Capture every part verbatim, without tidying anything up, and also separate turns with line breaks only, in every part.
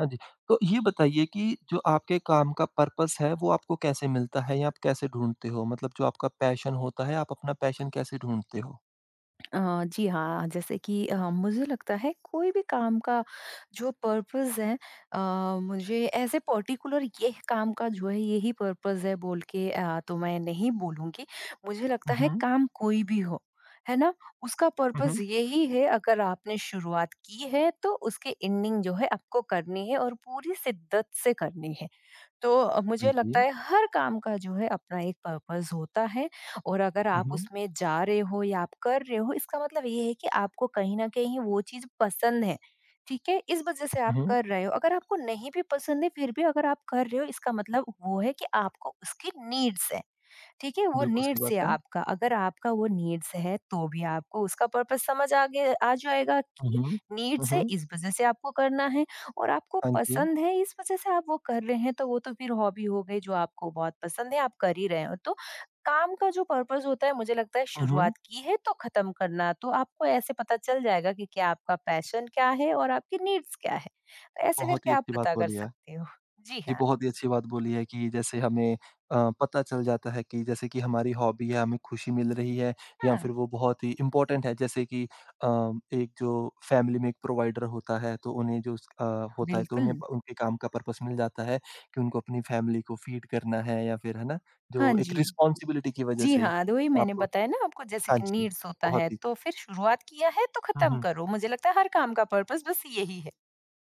हाँ जी। तो ये बताइए कि जो आपके काम का पर्पस है वो आपको कैसे मिलता है या आप कैसे ढूँढते हो? मतलब जो आपका पैशन होता है, आप अपना पैशन कैसे ढूँढते हो?
अ, जी हाँ, जैसे कि अ, मुझे लगता है कोई भी काम का जो पर्पस है, अ, मुझे ऐसे पर्टिकुलर ये काम का जो है यही पर्पस है बोल के, अ, तो मैं नहीं बोलूँगी। मुझे लगता
हुँ,
है
हुँ।
काम कोई भी हो, है ना? उसका
हुँ,
पर्पस
हुँ।
यही है, अगर आपने शुरुआत की है तो उसकी एंडिंग जो है आपको करनी है और पूरी शिद्दत से करनी है। तो अ,
हाँ
मुझे लगता
जी।
है हर काम का जो है अपना एक पर्पस होता है, और अगर
हुँ,
आप
हुँ।
उसमें जा रहे हो या आप कर रहे हो इसका मतलब ये है कि आपको कहीं न कहीं वो चीज़ पसंद है। ठीक है? इस वज़ह से
हुँ,
आप
हुँ।
कर रहे हो। अगर आपको नहीं भी पसंद है फिर भी अगर आप कर रहे हो इसका मतलब वो है कि आपको उसकी नीड्स है। ठीक है? वो
बिल्कुल सही
नीड्स है
बात है।
आपका। अगर आपका वो नीड्स है तो भी आपको उसका पर्पस समझ आ गया आ जाएगा,
हुँ,
कि
हुँ। हुँ,
नीड्स है
हुँ।
इस वज़ह से आपको करना है, और आपको
हाँ जी।
पसंद है इस वज़ह से आप वो कर रहे हैं, तो वो तो फिर हॉबी हो गई जो आपको बहुत पसंद है, आप कर ही रहे हो। तो काम का जो पर्पस होता है मुझे लगता है
हुँ, हुँ।
शुरुआत की है तो ख़त्म करना, तो आपको ऐसे पता चल जाएगा कि क्या आपका पैशन क्या है और आपकी नीड्स क्या है। तो ऐसे
बहुत
करके
ही
आप
अच्छी बात
पता कर
बोली है।
सकते हो। जी
जी,
हाँ।
बहुत ही अच्छी बात बोली है कि जैसे हमें अ, पता चल जाता है कि जैसे कि हमारी हॉबी है, हमें खुशी मिल रही है या
हुँ,
फिर वो बहुत ही इम्पोर्टेंट है। जैसे कि अ, एक जो फैमिली में एक प्रोवाइडर होता है तो उन्हें जो स अ, होता है तो
बिल्कुल।
उन्हें प- उनके काम का पर्पस मिल जाता है कि उनको अपनी फैमिली को फीड करना है या फिर है ना?
हाँ
जो एक
जी।
रिस्पॉन्सिबिलिटी की वजह
जी
से
हाँ, तो वही मैंने
आपको
बताया ना आपको, जैसे
हाँ
कि
जी,
नीड्स होता
बहुत
है,
ही
तो फिर शुरुआत किया है तो
हुँ,
ख़त्म
हुँ।
करो। मुझे लगता है हर काम का पर्पस बस यही है।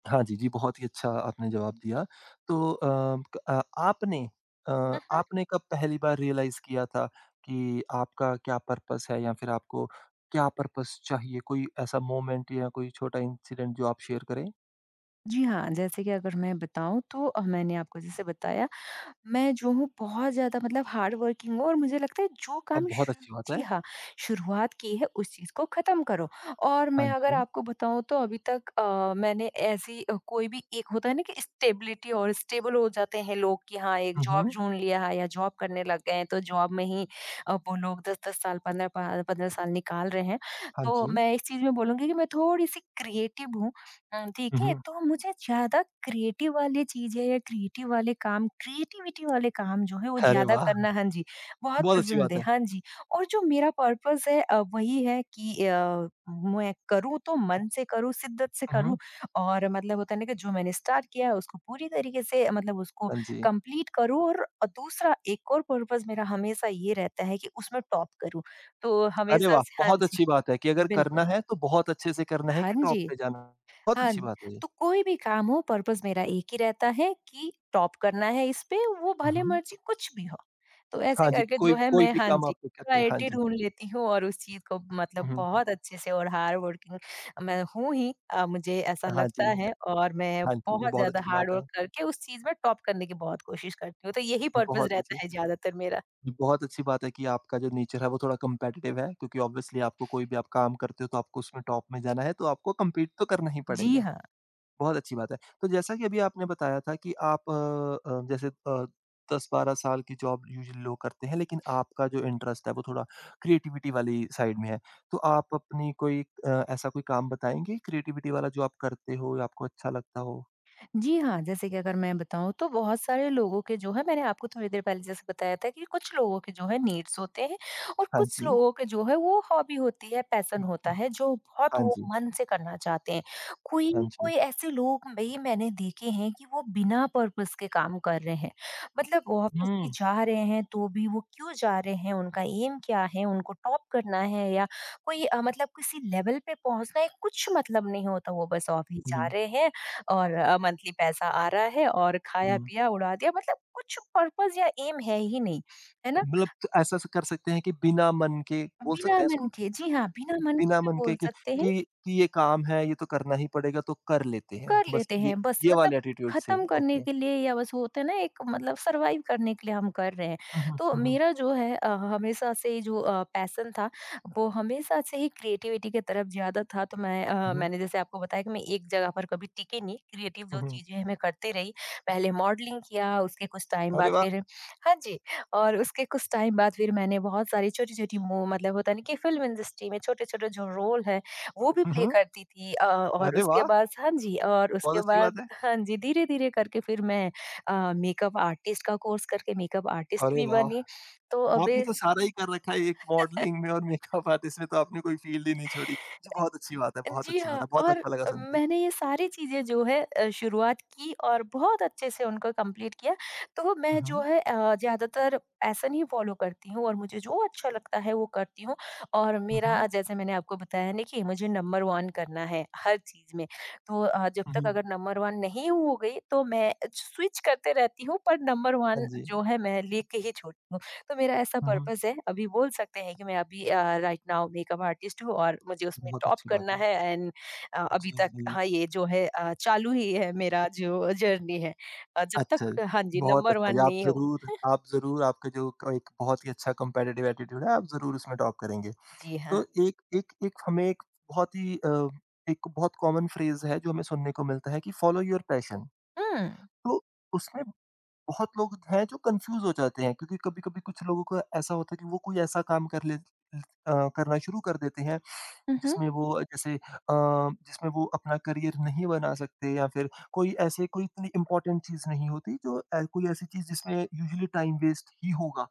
हाँ जी, जी, बहुत ही अच्छा आपने जवाब दिया। तो अ, क अ, आपने अ,
हुँ, हुँ।
आपने कब पहली बार रियलाइज़ किया था कि आपका क्या पर्पस है या फिर आपको क्या पर्पस चाहिए? कोई ऐसा मोमेंट या कोई छोटा इंसिडेंट जो आप शेयर करें?
जी हाँ, जैसे कि अगर मैं बताऊँ तो अ, मैंने आपको जैसे बताया, मैं जो हूँ बहुत ज़्यादा मतलब हार्ड वर्किंग हूँ, और मुझे लगता है जो काम
अब बहुत
शु
अच्छी बात
जी
है।
हाँ, शुरुआत की है उस चीज़ को ख़त्म करो। और
हाँ
मैं अगर
जी।
आपको बताऊँ तो अभी तक अ, मैंने ऐसी अ, कोई भी एक होता है ना कि स्टेबिलिटी, और स्टेबल हो जाते हैं लोग कि हाँ, एक
हुँ,
जॉब
हुँ।
ढूँढ लिया है या जॉब करने लग गए हैं तो जॉब में ही, अ, वो लोग दस दस साल, पंद्रह पा पंद्रह साल निकाल रहे हैं।
हाँ
तो
जी।
मैं इस चीज़ में बोलूँगी कि मैं थोड़ी-सी क्रिएटिव हूँ, अ, ठीक
हुँ,
है,
हुँ।
तो मुझे ज़्यादा क्रिएटिव वाली चीज़ें या क्रिएटिव वाले काम क्रिएटिविटी वाले काम जो है वो
अरे
ज़्यादा
वाह!
करना, हाँ जी, बहुत
बहुत अच्छी
पसंद
बात
है।
है।
हाँ जी, और जो मेरा पर्पस है अ, वही है कि अ, मैं करूँ तो मन से करूँ, शिद्दत से
हुँ,
करूँ,
हुँ।
और मतलब होता है ना कि जो मैंने स्टार्ट किया है उसको पूरी तरीके से, अ, मतलब उसको
हाँ जी।
कंप्लीट करूँ, और अ, दूसरा एक और पर्पस मेरा हमेशा ये रहता है कि उसमें टॉप करूँ। तो
अरे
हमेशा
वाह!
से, हाँ
बहुत
जी,
अच्छी बात है कि अगर
बिल्कुल।
करना है तो बहुत अच्छे से करना है
हाँ
कि टॉप
जी।
पे जाना है। बहुत
हाँ,
अच्छी बात है ये।
तो कोई भी काम हो पर्पस मेरा एक ही रहता है कि टॉप करना है इस पे, वो
हुँ,
भले
हुँ।
मर्जी कुछ भी हो। तो ऐसे
हाँ जी,
करके
कोई
जो है
कोई
मैं,
भी
हाँ
काम
जी,
आप तो कहते हैं। हाँ
वैराइटी
जी।
ढूँढ लेती हूँ, और उस चीज़ को
हुँ,
मतलब
हुँ।
बहुत अच्छे से, और हार्ड वर्किंग मैं हूँ ही, अ, मुझे ऐसा
हाँ
लगता
जी, ज
है, और मैं
हाँ जी, ये
बहुत
बहुत
ज़्यादा
अच्छी
हार्ड
बात है।
वर्क करके उस चीज़ में टॉप करने की बहुत कोशिश करती हूँ। तो यही
ये
पर्पस
बहुत
रहता
अच्छी
है ज़्यादातर मेरा।
ये बहुत अच्छी बात है कि आपका जो नेचर है वो थोड़ा कॉम्पिटिटिव है क्योंकि ऑब्वियसली आपको कोई भी आप काम करते हो तो आपको उसमें टॉप में जाना है तो आपको कम्पीट तो करना ही
जी
पड़ेगा।
हाँ।
बहुत अच्छी बात है। तो जैसा कि अभी आपने बताया था कि आप अ अ, जैसे अ, दस बारह साल की जॉब यूजुअली लोग करते हैं लेकिन आपका जो इंटरेस्ट है वो थोड़ा क्रिएटिविटी वाली साइड में है। तो आप अपनी कोई अ, ऐसा कोई काम बताएँगे क्रिएटिविटी वाला जो आप करते हो या आपको अच्छा लगता हो?
जी हाँ, जैसे कि अगर मैं बताऊँ तो बहुत सारे लोगों के जो है, मैंने आपको थोड़ी देर पहले जैसे बताया था कि कुछ लोगों के जो है नीड्स होते हैं, और
हाँ
कुछ
जी।
लोगों के जो है वो हॉबी होती है, पैशन होता है जो बहुत
हाँ
वो
जी।
मन से करना चाहते हैं। कोई
हाँ जी।
कोई ऐसे लोग भी मैंने देखे हैं कि वो बिना पर्पस के काम कर रहे हैं। मतलब वो ऑफिस भी
हुँ,
जा रहे हैं तो भी वो क्यों जा रहे हैं, उनका एम क्या है, उनको टॉप करना है या कोई, अ, मतलब किसी लेवल पे पहुँचना है, कुछ मतलब नहीं होता, वो बस ऑफिस जा
हुँ,
रहे हैं और अ, मंथली पैसा आ रहा है और हुँ।
हुँ।
खाया-पिया उड़ा दिया, मतलब कुछ पर्पज़ या ऐम है ही नहीं, है ना?
मतलब तो ऐसा स कर सकते हैं कि बिना मन के बोल
बिना
सकते हैं
मन
इसको?
के, जी हाँ, बिना
कि
मन के
बिना
भी
मन के
बोल
कि
सकते हैं,
कि कि ये काम है, ये तो करना ही पड़ेगा तो कर लेते हैं।
कर
बस
लेते
ये
हैं बस,
ये
मतलब
वाले एटीट्यूड से,
खत्म करने
ओके।
के लिए, या बस होता है ना एक, मतलब सरवाइव करने के लिए हम कर रहे हैं।
हुँ, हुँ,
तो
हुँ, हुँ,
मेरा जो है अ, हमेशा से ही जो पैसन था वो हमेशा से ही क्रिएटिविटी की तरफ ज्यादा था। तो मैं अ,
हुँ,
मैंने जैसे आपको बताया कि मैं एक जगह पर कभी टिकी नहीं, क्रिएटिव
हुँ,
जो
हुँ।
चीजें हैं मैं करती रही। पहले मॉडलिंग किया, उसके कुछ टाइम
अरे
बाद
वाह!
फिर, हाँ जी, और उसके कुछ टाइम बाद फिर मैंने बहुत सारी छोटी छोटी मूव मतलब होता नहीं कि फिल्म इंडस्ट्री में छोटे छोटे जो रोल है वो भी
हुँ,
प्ले
हुँ।
करती थी, अ, और
अरे
उसके
वाह!
बाद, हाँ जी, और
बहुत
उसके
अच्छी बात
बाद,
है।
हाँ जी, धीरे-धीरे करके फिर मैं, अ, मेकअप आर्टिस्ट का कोर्स करके मेकअप आर्टिस्ट
अरे
भी बनी।
वाह!
तो अभी
आपने तो सारा ही कर रखा है एक मॉडलिंग में और मेकअप आर्टिस्ट में तो आपने कोई फील्ड ही नहीं छोड़ी। जी, बहुत अच्छी बात है, बहुत
जी
अच्छी बात
हाँ,
है। बहुत
और
अच्छा लगा सुन के।
मैंने ये सारी चीज़ें जो है, अ, शुरुआत की और बहुत अच्छे से उनको कंप्लीट किया। तो
हुँ,
मैं जो
हुँ,
है, अ, ज़्यादातर पैशन ही फ़ॉलो करती हूँ, और मुझे जो अच्छा लगता है वो करती हूँ, और
हुँ,
मेरा,
हुँ,
जैसे मैंने आपको बताया ना कि मुझे नंबर वन करना है हर चीज़ में। तो अ, जब
हुँ,
तक
हुँ।
अगर नंबर वन नहीं हो गई तो मैं स्विच करते रहती हूँ, पर नंबर वन
हाँ जी।
जो है मैं लेके ही छोड़। तो मेरा ऐसा
हुँ, हुँ।
पर्पस है, अभी बोल सकते हैं कि मैं अभी अ, राइट नाउ मेकअप आर्टिस्ट हूँ और मुझे उसमें
बहुत
टॉप
अच्छी बात
करना
है।
है। एंड अ, अभी
जी,
तक,
जी।
हाँ, ये जो है अ, चालू ही है मेरा जो जर्नी है। अ, जब
अच्छा,
तक, हाँ जी,
बहुत
नंबर
अच्छा
वन
ये आप
नहीं हो,
ज़रूर आप ज़रूर आपका जो क एक बहुत ही अच्छा कॉम्पिटिटिव एटीट्यूड है, आप ज़रूर उसमें टॉप करेंगे।
जी हाँ।
तो एक एक एक हमें एक बहुत ही अ, एक बहुत कॉमन फ्रेज़ है जो हमें सुनने को मिलता है कि फॉलो योर पैशन।
हुँ।
तो उसमें बहुत लोग हैं जो कन्फ्यूज़ हो जाते हैं क्योंकि कभी-कभी कुछ लोगों को ऐसा होता है कि वो कोई ऐसा काम कर ले अ, करना शुरू कर देते हैं
हुँ, हुँ।
जिसमें वो जैसे अ, जिसमें वो अपना करियर नहीं बना सकते या फिर कोई ऐसे कोई इतनी इम्पोर्टेंट चीज़ नहीं होती जो अ, कोई ऐसी चीज़ जिसमें यूजुअली टाइम वेस्ट ही होगा।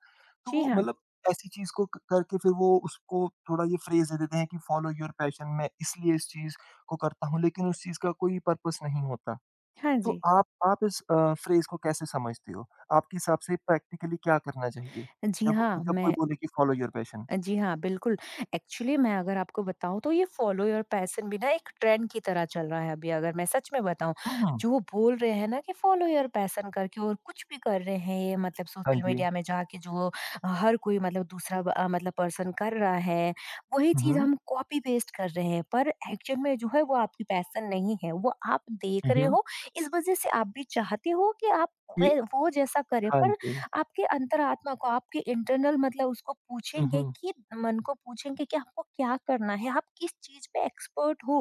तो
जी
वो
हाँ।
मतलब ऐसी चीज़ को क करके फिर वो उसको थोड़ा ये फ्रेज़ दे देते हैं कि फॉलो योर पैशन मैं इसलिए इस चीज़ को करता हूँ, लेकिन उस चीज़ का कोई पर्पस नहीं होता।
हाँ
तो
जी।
आप आप इस अ, फ्रेज़ को कैसे समझते हो? आपके हिसाब से प्रैक्टिकली क्या करना चाहिए?
जी
जब
हाँ,
जब कोई
मैं
बोले कि फॉलो योर पैशन?
जी हाँ, बिल्कुल। एक्चुअली मैं अगर आपको बताऊँ तो ये फॉलो योर पैशन भी ना एक ट्रेंड की तरह चल रहा है अभी, अगर मैं सच में बताऊँ।
हुँ, हुँ।
जो बोल रहे हैं ना कि फॉलो योर पैशन करके और कुछ भी कर रहे हैं, ये मतलब
हाँ
सोशल
जी।
मीडिया में जाके, जो हर कोई मतलब दूसरा ब- अ, मतलब पर्सन कर रहा है, वही
हुँ,
चीज़
हुँ।
हम कॉपी पेस्ट कर रहे हैं। पर एक्चुअल में जो है वो आपकी पैशन नहीं है, वो आप देख
हुँ,
रहे
हुँ।
हो इस वज़ह से आप भी चाहते हो कि आप
ये
वह वो जैसा करें,
हाँ
पर
जी।
आपके अंतरात्मा को, आपके इंटरनल मतलब उसको
हुँ,
पूछेंगे
हुँ।
कि मन को पूछेंगे कि आपको क्या करना है? आप किस चीज़ पे एक्सपर्ट हो?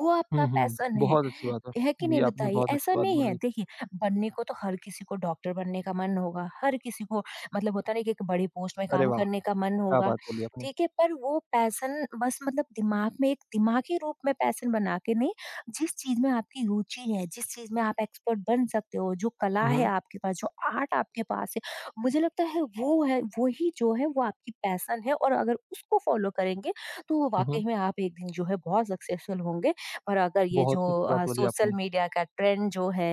वो
हुँ,
आपका
हुँ।
पैशन है।
बहुत अच्छी बात
है कि
बोली।
नहीं
जी, आपने
बताइए?
बहुत
ऐसा
अच्छी बात
नहीं है,
बोली।
देखिए, बनने को तो हर किसी को डॉक्टर बनने का मन होगा, हर किसी को मतलब होता नहीं कि एक बड़ी पोस्ट में
अरे
काम
वाह!
करने का मन
क्या
होगा,
बात बोली आपने।
ठीक है? पर वो पैशन बस मतलब दिमाग में एक दिमागी रूप में पैशन बना के नहीं, जिस चीज़ में आपकी रुचि है, जिस चीज़ में आप एक्सपर्ट बन सकते हो, जो कला
हुँ,
है
हुँ।
आपके पास, जो आर्ट आपके पास है, मुझे लगता है वो है वही, जो है वो आपकी पैशन है, और अगर उसको फॉलो करेंगे तो
हुँ, हुँ।
वाकई में आप एक दिन जो है बहुत सक्सेसफुल होंगे। और अगर ये
बहुत
जो
अच्छी बात
अ,
बोली
सोशल
आपने।
मीडिया का ट्रेंड जो है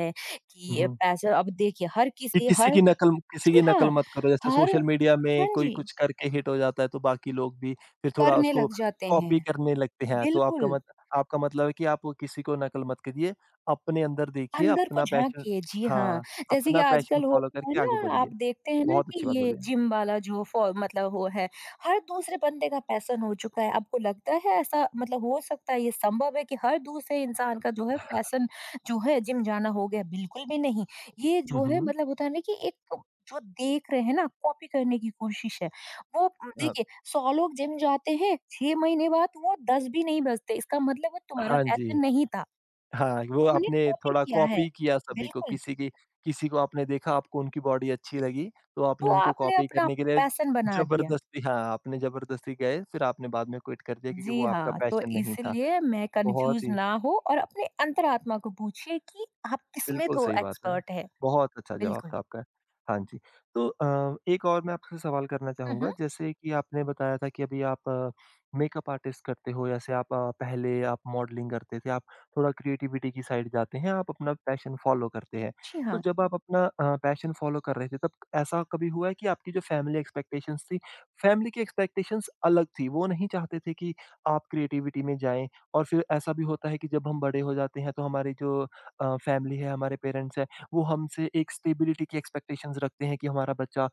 हुँ,
कि
हुँ।
पैसे, अब देखिए, हर
कि
किसी
किसी
हर,
की नकल किसी
जी
की नकल
हाँ,
मत करो। जैसे
हर,
सोशल मीडिया में
हाँ
कोई
जी,
कुछ करके हिट हो जाता है तो बाकी लोग भी फिर थोड़ा
करने
उसको
लग जाते हैं,
कॉपी करने लगते हैं। तो आपका
बिल्कुल,
मत आपका मतलब है कि आप किसी को नकल मत करिए, अपने अंदर देखिए,
अंदर को
अपना पैशन
झाँकिए, जी हाँ।
हाँ,
जैसे कि
अपना पैशन
आजकल हो
फ़ॉलो
गया है
करके आगे
ना,
बढ़िए।
आप देखते हैं ना
बहुत
कि
अच्छी बात
ये
बोली है।
जिम वाला जो फ़ॉ मतलब वो है, हर दूसरे बंदे का पैशन हो चुका है। आपको लगता है ऐसा, मतलब हो सकता है, ये संभव है कि हर दूसरे इंसान का जो है पैशन जो है जिम जाना हो गया? बिल्कुल भी नहीं। ये
हुँ,
जो है
हुँ।
मतलब होता है ना कि एक जो देख रहे हैं ना, कॉपी करने की कोशिश है। वो
अ,
देखिए सौ लोग जिम जाते हैं, छह महीने बाद वो दस भी नहीं बचते। इसका मतलब वो तुम्हारा
हाँ जी।
पैशन नहीं था।
हाँ, वो
हमने
आपने
कॉपी
थोड़ा
किया है,
कॉपी किया सभी को,
बिल्कुल,
किसी की किसी को आपने देखा आपको उनकी बॉडी अच्छी लगी, तो
तो
आपने उनको
आपने
कॉपी
अपना
करने के लिए
पैशन बना दिया।
ज़बरदस्ती हाँ, आपने ज़बरदस्ती गए, फिर आपने बाद में क्विट कर दिया क्योंकि वो
जी
आपका
हाँ, तो
पैशन नहीं था।
इसलिए मैं
बहुत
कन्फ्यूज़
ही
ना हो और अपने अंतरात्मा को पूछिए कि आप किसमें
बिल्कुल
तो
सही बात है।
एक्सपर्ट है।
बहुत अच्छा जवाब
बिल्कुल।
था आपका। हाँ जी। तो अ, एक और मैं आपसे सवाल करना
हुँ, हुँ।
चाहूँगा जैसे कि आपने बताया था कि अभी आप अ, मेकअप आर्टिस्ट करते हो जैसे आप अ, पहले आप मॉडलिंग करते थे, आप थोड़ा क्रिएटिविटी की साइड जाते हैं, आप अपना पैशन फ़ॉलो करते हैं।
जी
तो
हाँ।
जब आप अपना अ, पैशन फ़ॉलो कर रहे थे तब ऐसा कभी हुआ है कि आपकी जो फैमिली एक्सपेक्टेशंस थी, फैमिली की एक्सपेक्टेशंस अलग थी, वो नहीं चाहते थे कि आप क्रिएटिविटी में जाएँ और फिर ऐसा भी होता है कि जब हम बड़े हो जाते हैं तो हमारी जो अ, फैमिली है, हमारे पेरेंट्स हैं, वो हमसे एक स्टेबिलिटी की एक्सपेक्टेशंस रखते हैं कि हमारा बच्चा अ,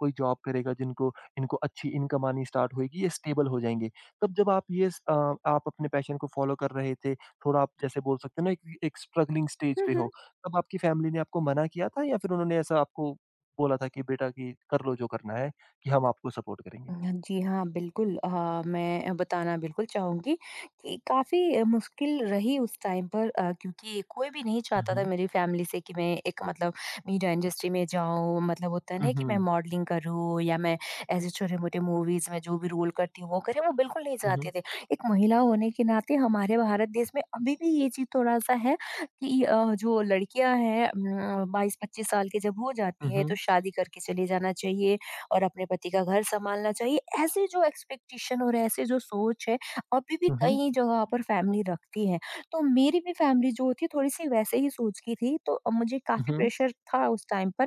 कोई जॉब करेगा जिनको इनको अच्छी इनकम आनी स्टार्ट होएगी, ये स्टेबल हो जाएँगे। तब जब आप ये स अ, आप अपने पैशन को फ़ॉलो कर रहे थे, थोड़ा आप जैसे बोल सकते हैं ना एक एक स्ट्रगलिंग स्टेज पे हो, तब आपकी फैमिली ने आपको मना किया था या फिर उन्होंने ऐसा आपको बोला था कि बेटा कि कर लो जो करना है, कि हम आपको सपोर्ट करेंगे?
हाँ जी हाँ, बिल्कुल अ, मैं बताना बिल्कुल चाहूँगी कि काफ़ी मुश्किल रही उस टाइम पर, अ, क्योंकि कोई भी नहीं
हुँ,
चाहता था
हुँ।
मेरी फैमिली से कि मैं एक मतलब मीडिया इंडस्ट्री में जाऊँ, मतलब होता है
हुँ,
ना कि मैं
हुँ।
मॉडलिंग करूँ या मैं ऐसे छोटे-मोटे मूवीज़ में जो भी रोल करती हूँ वो करें, वो बिल्कुल नहीं
हुँ,
चाहते
हुँ।
थे। एक महिला होने के नाते हमारे भारत देश में अभी भी ये चीज़ थोड़ा-सा है कि अ, जो लड़कियाँ हैं उम, बाईस से पच्चीस साल की जब हो
हुँ,
जाती है तो
हुँ।
शादी करके चले जाना चाहिए और अपने पति का घर सँभालना चाहिए। ऐसे जो एक्सपेक्टेशन और ऐसे जो सोच है, अभी भी
हुँ, हुँ।
कई जगह पर फैमिली रखती है। तो मेरी भी फैमिली जो थी थोड़ी-सी वैसे ही सोच की थी, तो अ, मुझे काफ़ी
हुँ,
प्रेशर था उस टाइम पर।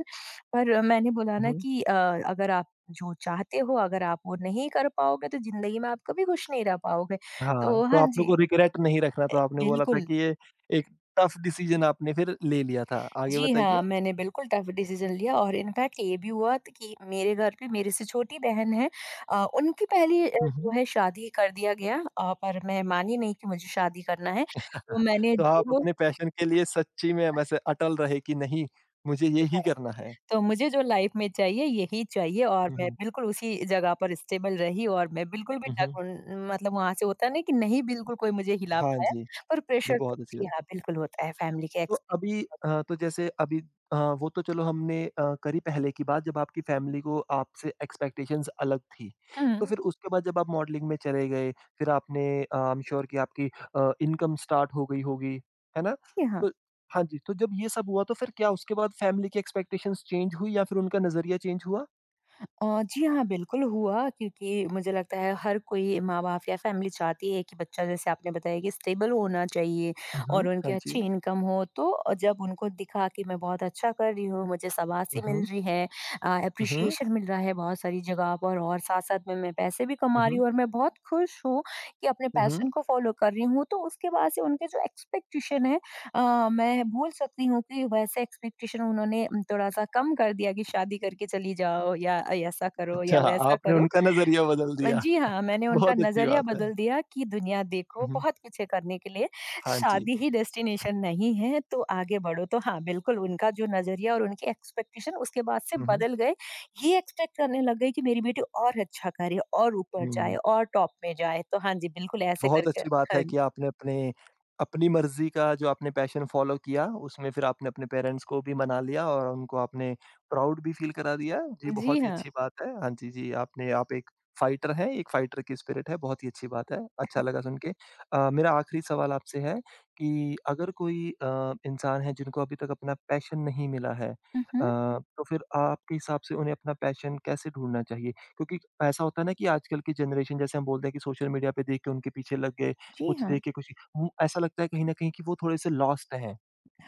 पर मैंने बोला ना
हुँ।
कि अ, अगर आप जो चाहते हो, अगर आप वो नहीं कर पाओगे तो ज़िंदगी में आप कभी खुश नहीं रह पाओगे।
हाँ,
तो
तो
हाँ
आप लोग
जी,
को रिग्रेट नहीं रखना
अ,
तो आपने बोला था
बिल्कुल।
कि ये एक टफ डिसीज़न आपने फिर ले लिया था। आगे
जी हाँ,
बताइए?
मैंने बिल्कुल टफ़ डिसीज़न लिया और इनफैक्ट ये भी हुआ त कि मेरे घर पे मेरे से छोटी बहन है, अ, उनकी पहली अ,
हुँ,
जो
हुँ।
है शादी कर दिया गया, अ, पर मैं मानी नहीं कि मुझे शादी करना है। तो मैंने
तो आप
जो
अपने पैशन के लिए सच्ची में वैसे अटल रहे कि नहीं, मुझे ये ही करना है।
तो मुझे जो लाइफ़ में चाहिए यही चाहिए और
हुँ,
मैं
हुँ।
बिल्कुल उसी जगह पर स्टेबल रही और मैं बिल्कुल भी
हुँ,
डग
हुँ।
उन मतलब वहाँ से होता है ना कि नहीं, बिल्कुल कोई मुझे हिला
हाँ
पाया,
जी,
पर
ये
प्रेशर तो
बहुत अच्छी
जी
बात।
हाँ, बिल्कुल होता है फैमिली के
तो
एक्स।
अभी अ, तो जैसे अभी अ, वो तो चलो हमने अ, करी पहले की बात जब आपकी फैमिली को आपसे एक्सपेक्टेशंस अलग थी। तो फिर
हुँ,
उसके बाद जब आप मॉडलिंग में चले गए, फिर आपने अ, आई एम श्योर कि आपकी अ, इनकम स्टार्ट हो गई होगी, है ना?
जी हाँ।
तो हाँ जी, तो जब ये सब हुआ तो फिर क्या उसके बाद फैमिली की एक्सपेक्टेशंस चेंज हुई या फिर उनका नज़रिया चेंज हुआ?
अ, जी हाँ, बिल्कुल हुआ क्योंकि मुझे लगता है हर कोई माँ-बाप या फैमिली चाहती है कि बच्चा जैसे आपने बताया कि स्टेबल होना चाहिए
हुँ, हुँ।
और उनकी
हाँ
अच्छी
जी।
इनकम हो। तो अ, जब उनको दिखा कि मैं बहुत अच्छा कर रही हूँ, मुझे शाबाशी
हुँ,
मिल
हुँ।
रही है, अ,
हुँ, हुँ।
एप्रिसिएशन मिल रहा है बहुत सारी जगह पर और साथ-साथ में मैं पैसे भी
हुँ,
कमा रही
हुँ।
हूँ और मैं बहुत खुश हूँ कि अपने
हुँ, हुँ।
पैशन को फ़ॉलो कर रही हूँ। तो उसके बाद से उनके जो एक्सपेक्टेशन है, अ, मैं बोल सकती हूँ कि वैसे एक्सपेक्टेशन उन्होंने थोड़ा-सा कम कर दिया कि शादी करके चली जाओ या ऐसा करो या
अच्छा,
वैसा
आपने
करो।
उनका नज़रिया बदल
अ,
दिया।
जी हाँ, मैंने उनका
बहुत अच्छी
नज़रिया
बात है।
बदल दिया कि दुनिया देखो,
हुँ, हुँ।
बहुत कुछ है करने के लिए,
हाँ जी।
शादी ही डेस्टिनेशन नहीं है, तो आगे बढ़ो। तो हाँ, बिल्कुल उनका जो नज़रिया और उनकी एक्सपेक्टेशन उसके बाद से
हुँ, हुँ।
बदल गए। ये एक्सपेक्ट करने लग गई कि मेरी बेटी और अच्छा करे और ऊपर जाए
हुँ।
और टॉप में जाए। तो हाँ जी, बिल्कुल ऐसे
बहुत
करके
अच्छी बात
हाँ
है
जी।
कि आपने अपने अपनी मर्ज़ी का जो आपने पैशन फ़ॉलो किया, उसमें फिर आपने अपने पेरेंट्स को भी मना लिया और उनको आपने प्राउड भी फ़ील करा दिया। जी,
जी
बहुत ही
हाँ।
अच्छी बात है। हाँ जी, जी, आपने आप एक फ़ाइटर हैं, एक फ़ाइटर की स्पिरिट है, बहुत ही अच्छी बात है, अच्छा लगा सुन के। अ, मेरा आखिरी सवाल आपसे है कि अगर कोई अ, इंसान है जिनको अभी तक अपना पैशन नहीं मिला है अ,
हुँ, हुँ।
तो फिर आपके हिसाब से उन्हें अपना पैशन कैसे ढूँढना चाहिए? क्योंकि ऐसा होता है ना कि आजकल की जनरेशन जैसे हम बोलते हैं कि सोशल मीडिया पे देख के उनके पीछे लग गए,
जी
कुछ
हाँ।
देख के कुछ वो ऐसा लगता है कहीं न कहीं कि वो थोड़े-से लॉस्ट हैं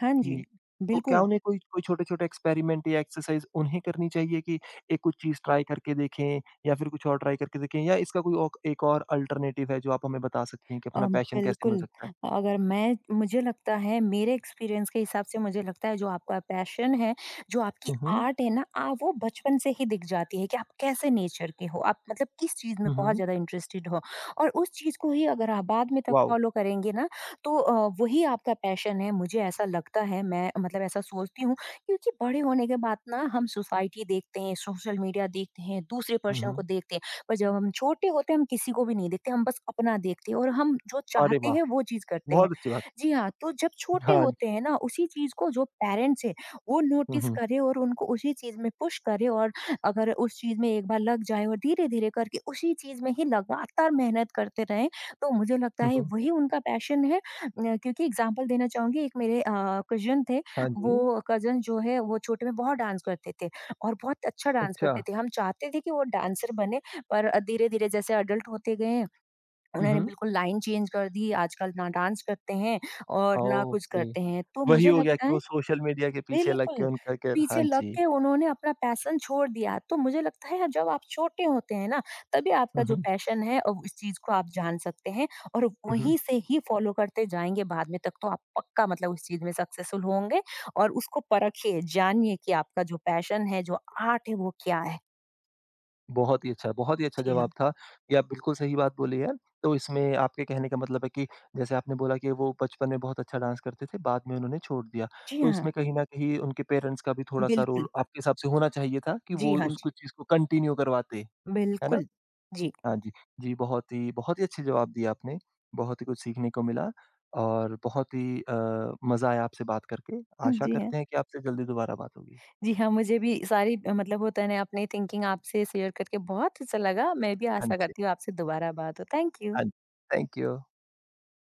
हाँ जी,
तो क्या
बिल्कुल।
उन्हें कोई कोई छोटे-छोटे एक्सपेरिमेंट या एक्सरसाइज़ उन्हें करनी चाहिए कि एक कुछ चीज़ ट्राई करके देखें या फिर कुछ और ट्राई करके देखें या इसका कोई औक एक और अल्टरनेटिव है जो आप हमें बता सकती हैं कि
अ,
अपना पैशन कैसे
बिल्कुल,
मिल सकता है?
अगर मैं मुझे लगता है मेरे एक्सपीरियंस के हिसाब से मुझे लगता है जो आपका पैशन है, जो आपकी
हुँ, हुँ।
आर्ट है ना आ वो बचपन से ही दिख जाती है कि आप कैसे नेचर के हो, आप मतलब किस चीज़ में
हुँ,
बहुत
हुँ।
ज़्यादा इंटरेस्टेड हो और उस चीज़ को ही अगर आप बाद में तक
वॉव!
फ़ॉलो करेंगे ना, तो अ, वही आपका पैशन है। मुझे ऐसा लगता है, मैं मतलब ऐसा सोचती हूँ क्योंकि बड़े होने के बाद ना हम सोसाइटी देखते हैं, सोशल मीडिया देखते हैं, दूसरे
हुँ,
पर्सन को
हुँ।
देखते हैं। पर जब हम छोटे होते हैं हम किसी को भी नहीं देखते, हम बस अपना देखते हैं और हम जो
अरे
चाहते
वाह!
हैं वो चीज़ करते हैं।
बहुत अच्छी बात।
जी हाँ, तो जब छोटे
हाँ।
होते हैं ना उसी चीज़ को जो पेरेंट्स हैं वो
हुँ,
नोटिस
हुँ।
करें और उनको उसी चीज़ में पुश करें और अगर उस चीज़ में एक बार लग जाए और धीरे-धीरे करके उसी चीज़ में ही लगातार मेहनत करते रहें, तो मुझे लगता
हुँ,
है
हुँ।
वही उनका पैशन है। अ, क्योंकि एग्ज़ाम्पल देना चाहूँगी, एक मेरे अ, कज़िन थे,
हाँ जी।
वो कज़िन जो है वो छोटे में बहुत डांस करते थे और बहुत अच्छा डांस
अच्छा।
करते थे। हम चाहते थे कि वो डांसर बने, पर अ, धीरे-धीरे जैसे अडल्ट होते गए,
हुँ,
उन्होंने
हुँ।
बिल्कुल लाइन चेंज कर दी, आजकल ना डांस करते हैं और ना कुछ
ओके,
करते हैं। तो
वही
मुझे
हो गया
लगता
कि
है
वो सोशल मीडिया के पीछे लग के
बिल्कुल,
उनका के हाँ
पीछे लग
जी।
के उन्होंने अपना पैशन छोड़ दिया। तो मुझे लगता है जब आप छोटे होते हैं ना, तभी आपका
हुँ,
जो
हुँ।
पैशन है, अ, उस चीज़ को आप जान सकते हैं और
हुँ, हुँ।
वहीं से ही फ़ॉलो करते जाएँगे बाद में तक तो आप पक्का मतलब उस चीज़ में सक्सेसफुल होंगे और उसको परखिए, जानिए कि आपका जो पैशन है, जो आर्ट है वो क्या है?
बहुत ही अच्छा, बहुत ही अच्छा
जी हाँ।
जवाब था। ये आप बिल्कुल सही बात बोली है। तो इसमें आपके कहने का मतलब है कि जैसे आपने बोला कि वो बचपन में बहुत अच्छा डांस करते थे, बाद में उन्होंने छोड़ दिया।
जी
तो
हाँ,
इसमें कहीं न कहीं उनके पेरेंट्स का भी थोड़ा-सा
बिल्कुल।
रोल आपके हिसाब से होना चाहिए था कि
जी
वो
हाँ
उस
जी।
कुछ चीज़ को कंटिन्यू करवाते, है ना?
बिल्कुल, जी।
हाँ जी। जी, बहुत ही बहुत ही अच्छे जवाब दिए आपने। बहुत ही कुछ सीखने को मिला और बहुत ही अ, मज़ा आया आपसे बात करके। आशा
जी, हाँ।
करते हैं कि आपसे जल्दी दोबारा बात होगी।
जी हाँ, मुझे भी सारी, अ, मतलब होता है ना अपनी थिंकिंग आपसे शेयर करके बहुत अच्छा लगा। मैं भी
हाँ
आशा
जी,
करती हूँ आपसे दोबारा बात हो। Thank you.
हाँ जी। Thank you.